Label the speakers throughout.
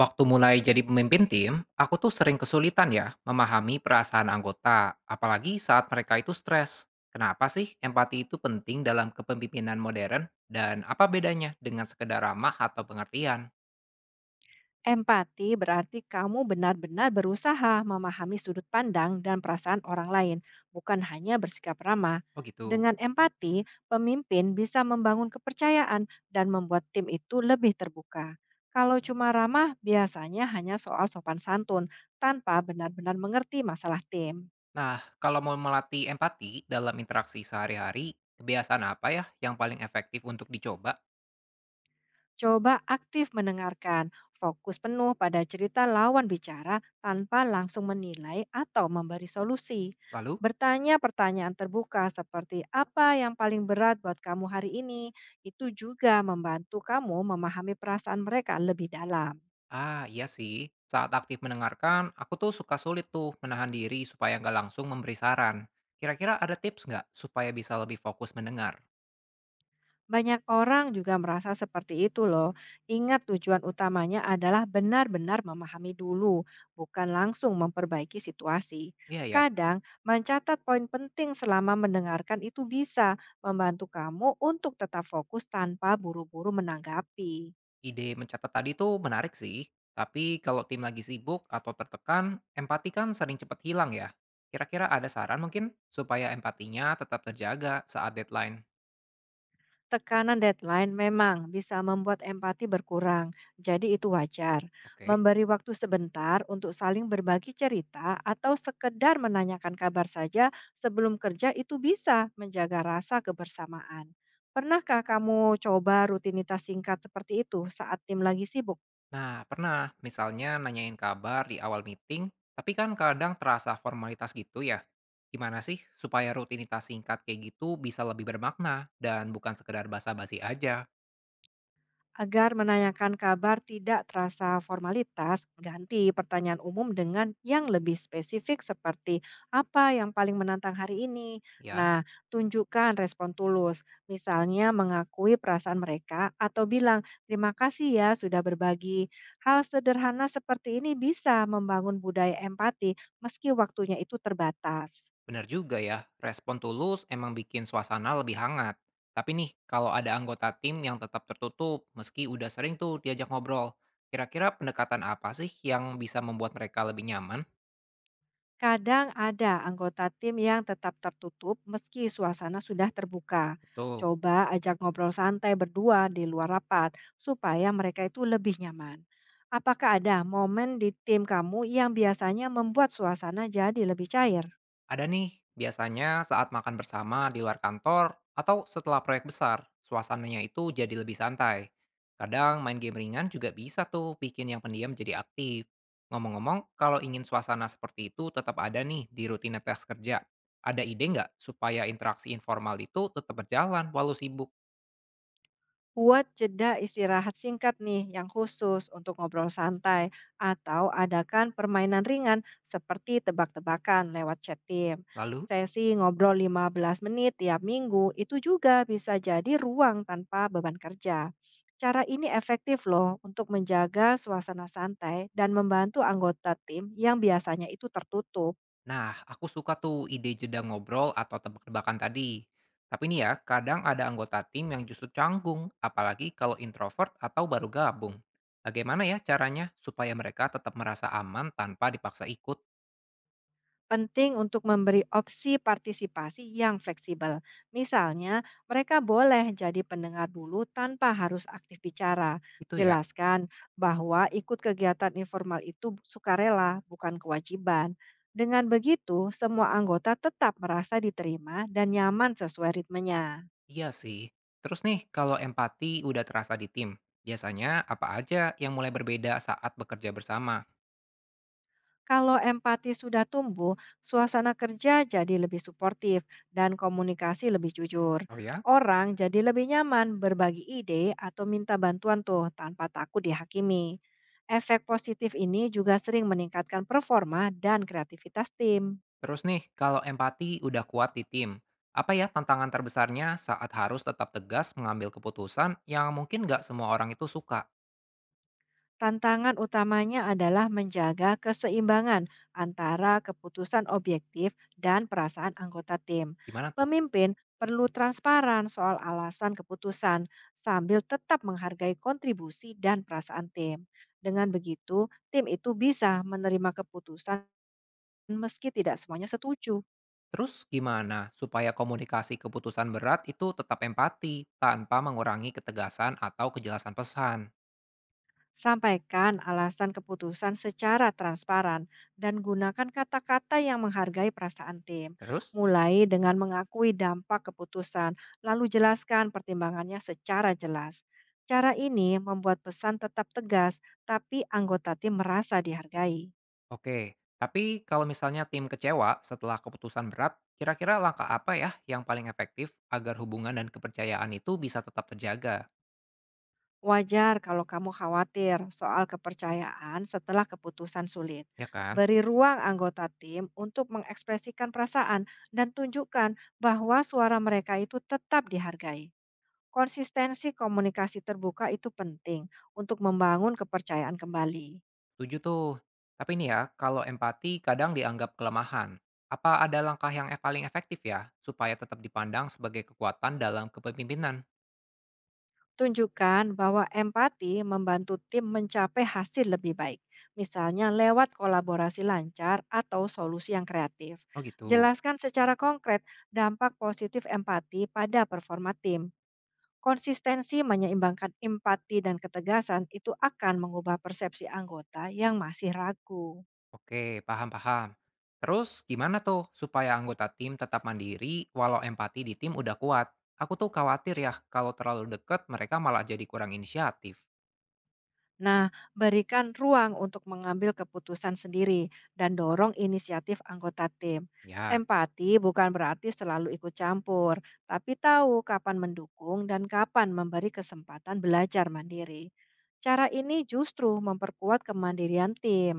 Speaker 1: Waktu mulai jadi pemimpin tim, aku tuh sering kesulitan ya memahami perasaan anggota, apalagi saat mereka itu stres. Kenapa sih empati itu penting dalam kepemimpinan modern dan apa bedanya dengan sekedar ramah atau pengertian?
Speaker 2: Empati berarti kamu benar-benar berusaha memahami sudut pandang dan perasaan orang lain, bukan hanya bersikap ramah.
Speaker 1: Oh gitu.
Speaker 2: Dengan empati, pemimpin bisa membangun kepercayaan dan membuat tim itu lebih terbuka. Kalau cuma ramah, biasanya hanya soal sopan santun tanpa benar-benar mengerti masalah tim.
Speaker 1: Nah, kalau mau melatih empati dalam interaksi sehari-hari, kebiasaan apa ya yang paling efektif untuk dicoba?
Speaker 2: Coba aktif mendengarkan, fokus penuh pada cerita lawan bicara tanpa langsung menilai atau memberi solusi.
Speaker 1: Lalu?
Speaker 2: Bertanya pertanyaan terbuka seperti apa yang paling berat buat kamu hari ini, itu juga membantu kamu memahami perasaan mereka lebih dalam.
Speaker 1: Ah, iya sih. Saat aktif mendengarkan, aku tuh suka sulit tuh menahan diri supaya nggak langsung memberi saran. Kira-kira ada tips nggak supaya bisa lebih fokus mendengar?
Speaker 2: Banyak orang juga merasa seperti itu loh. Ingat tujuan utamanya adalah benar-benar memahami dulu, bukan langsung memperbaiki situasi.
Speaker 1: Iya ya,
Speaker 2: Kadang, mencatat poin penting selama mendengarkan itu bisa membantu kamu untuk tetap fokus tanpa buru-buru menanggapi.
Speaker 1: ide mencatat tadi tuh menarik sih. Tapi kalau tim lagi sibuk atau tertekan, empati kan sering cepat hilang ya. Kira-kira ada saran mungkin supaya empatinya tetap terjaga saat deadline?
Speaker 2: Tekanan deadline memang bisa membuat empati berkurang, jadi itu wajar.
Speaker 1: Oke.
Speaker 2: Memberi waktu sebentar untuk saling berbagi cerita atau sekedar menanyakan kabar saja sebelum kerja itu bisa menjaga rasa kebersamaan. Pernahkah kamu coba rutinitas singkat seperti itu saat tim lagi sibuk?
Speaker 1: Nah, pernah. Misalnya nanyain kabar di awal meeting, tapi kan kadang terasa formalitas gitu ya. Gimana sih supaya rutinitas singkat kayak gitu bisa lebih bermakna dan bukan sekedar basa-basi aja?
Speaker 2: Agar menanyakan kabar tidak terasa formalitas, ganti pertanyaan umum dengan yang lebih spesifik seperti apa yang paling menantang hari ini.
Speaker 1: Ya,
Speaker 2: Nah, tunjukkan respon tulus, misalnya mengakui perasaan mereka atau bilang terima kasih ya sudah berbagi. Hal sederhana seperti ini bisa membangun budaya empati meski waktunya itu terbatas.
Speaker 1: benar juga ya. Respon tulus emang bikin suasana lebih hangat. Tapi nih, kalau ada anggota tim yang tetap tertutup, meski udah sering tuh diajak ngobrol, kira-kira pendekatan apa sih yang bisa membuat mereka lebih nyaman?
Speaker 2: Kadang ada anggota tim yang tetap tertutup meski suasana sudah terbuka.
Speaker 1: Betul.
Speaker 2: Coba ajak ngobrol santai berdua di luar rapat supaya mereka itu lebih nyaman. Apakah ada momen di tim kamu yang biasanya membuat suasana jadi lebih cair?
Speaker 1: Ada nih, biasanya saat makan bersama di luar kantor atau setelah proyek besar, suasananya itu jadi lebih santai. Kadang main game ringan juga bisa tuh bikin yang pendiam jadi aktif. Ngomong-ngomong, kalau ingin suasana seperti itu tetap ada nih di rutinitas kerja. Ada ide nggak supaya interaksi informal itu tetap berjalan walau sibuk?
Speaker 2: Buat jeda istirahat singkat nih yang khusus untuk ngobrol santai atau adakan permainan ringan seperti tebak-tebakan lewat chat tim.
Speaker 1: Lalu.
Speaker 2: Sesi ngobrol 15 menit tiap minggu itu juga bisa jadi ruang tanpa beban kerja. Cara ini efektif loh untuk menjaga suasana santai dan membantu anggota tim yang biasanya itu tertutup.
Speaker 1: Nah, aku suka tuh ide jeda ngobrol atau tebak-tebakan tadi. Tapi nih ya, kadang ada anggota tim yang justru canggung, apalagi kalau introvert atau baru gabung. Bagaimana ya caranya supaya mereka tetap merasa aman tanpa dipaksa ikut?
Speaker 2: Penting untuk memberi opsi partisipasi yang fleksibel. Misalnya, mereka boleh jadi pendengar dulu tanpa harus aktif bicara.
Speaker 1: Itu ya?
Speaker 2: Jelaskan bahwa ikut kegiatan informal itu sukarela, bukan kewajiban. Dengan begitu, semua anggota tetap merasa diterima dan nyaman sesuai ritmenya.
Speaker 1: Iya sih. Terus nih, kalau empati udah terasa di tim, biasanya apa aja yang mulai berbeda saat bekerja bersama?
Speaker 2: Kalau empati sudah tumbuh, suasana kerja jadi lebih suportif dan komunikasi lebih jujur.
Speaker 1: Oh ya?
Speaker 2: Orang jadi lebih nyaman berbagi ide atau minta bantuan tuh tanpa takut dihakimi. Efek positif ini juga sering meningkatkan performa dan kreativitas tim.
Speaker 1: Terus nih, kalau empati udah kuat di tim, apa ya tantangan terbesarnya saat harus tetap tegas mengambil keputusan yang mungkin nggak semua orang itu suka?
Speaker 2: Tantangan utamanya adalah menjaga keseimbangan antara keputusan objektif dan perasaan anggota tim.
Speaker 1: Gimana tuh?
Speaker 2: Pemimpin perlu transparan soal alasan keputusan sambil tetap menghargai kontribusi dan perasaan tim. Dengan begitu, tim itu bisa menerima keputusan meski tidak semuanya setuju.
Speaker 1: Terus gimana supaya komunikasi keputusan berat itu tetap empati tanpa mengurangi ketegasan atau kejelasan pesan?
Speaker 2: Sampaikan alasan keputusan secara transparan dan gunakan kata-kata yang menghargai perasaan tim.
Speaker 1: Terus?
Speaker 2: Mulai dengan mengakui dampak keputusan, lalu jelaskan pertimbangannya secara jelas. Cara ini membuat pesan tetap tegas, tapi anggota tim merasa dihargai.
Speaker 1: Oke, tapi kalau misalnya tim kecewa setelah keputusan berat, kira-kira langkah apa ya yang paling efektif agar hubungan dan kepercayaan itu bisa tetap terjaga?
Speaker 2: Wajar kalau kamu khawatir soal kepercayaan setelah keputusan sulit.
Speaker 1: Ya kan?
Speaker 2: Beri ruang anggota tim untuk mengekspresikan perasaan dan tunjukkan bahwa suara mereka itu tetap dihargai. Konsistensi komunikasi terbuka itu penting untuk membangun kepercayaan kembali.
Speaker 1: Tujuh tuh. Tapi nih ya, kalau empati kadang dianggap kelemahan. Apa ada langkah yang paling efektif ya, supaya tetap dipandang sebagai kekuatan dalam kepemimpinan?
Speaker 2: Tunjukkan bahwa empati membantu tim mencapai hasil lebih baik, misalnya lewat kolaborasi lancar atau solusi yang kreatif.
Speaker 1: Oh gitu.
Speaker 2: Jelaskan secara konkret dampak positif empati pada performa tim. Konsistensi menyeimbangkan empati dan ketegasan itu akan mengubah persepsi anggota yang masih ragu.
Speaker 1: Oke, paham-paham. Terus gimana tuh supaya anggota tim tetap mandiri walau empati di tim udah kuat? Aku tuh khawatir ya, kalau terlalu deket mereka malah jadi kurang inisiatif.
Speaker 2: Nah, berikan ruang untuk mengambil keputusan sendiri dan dorong inisiatif anggota tim.
Speaker 1: Ya.
Speaker 2: Empati bukan berarti selalu ikut campur, tapi tahu kapan mendukung dan kapan memberi kesempatan belajar mandiri. Cara ini justru memperkuat kemandirian tim.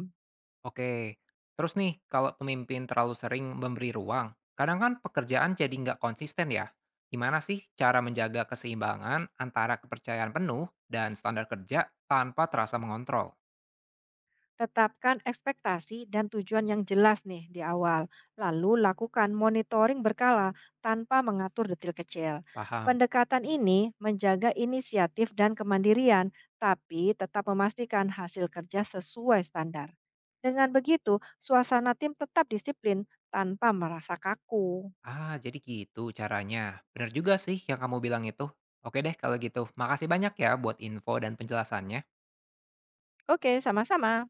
Speaker 1: Oke, terus nih kalau pemimpin terlalu sering memberi ruang, kadang kan pekerjaan jadi nggak konsisten ya. Gimana sih cara menjaga keseimbangan antara kepercayaan penuh dan standar kerja tanpa terasa mengontrol?
Speaker 2: Tetapkan ekspektasi dan tujuan yang jelas nih di awal, lalu lakukan monitoring berkala tanpa mengatur detail kecil.
Speaker 1: Paham.
Speaker 2: Pendekatan ini menjaga inisiatif dan kemandirian, tapi tetap memastikan hasil kerja sesuai standar. Dengan begitu, suasana tim tetap disiplin tanpa merasa kaku.
Speaker 1: Ah, jadi gitu caranya. Bener juga sih yang kamu bilang itu. Oke deh kalau gitu, makasih banyak ya buat info dan penjelasannya.
Speaker 2: Oke, sama-sama.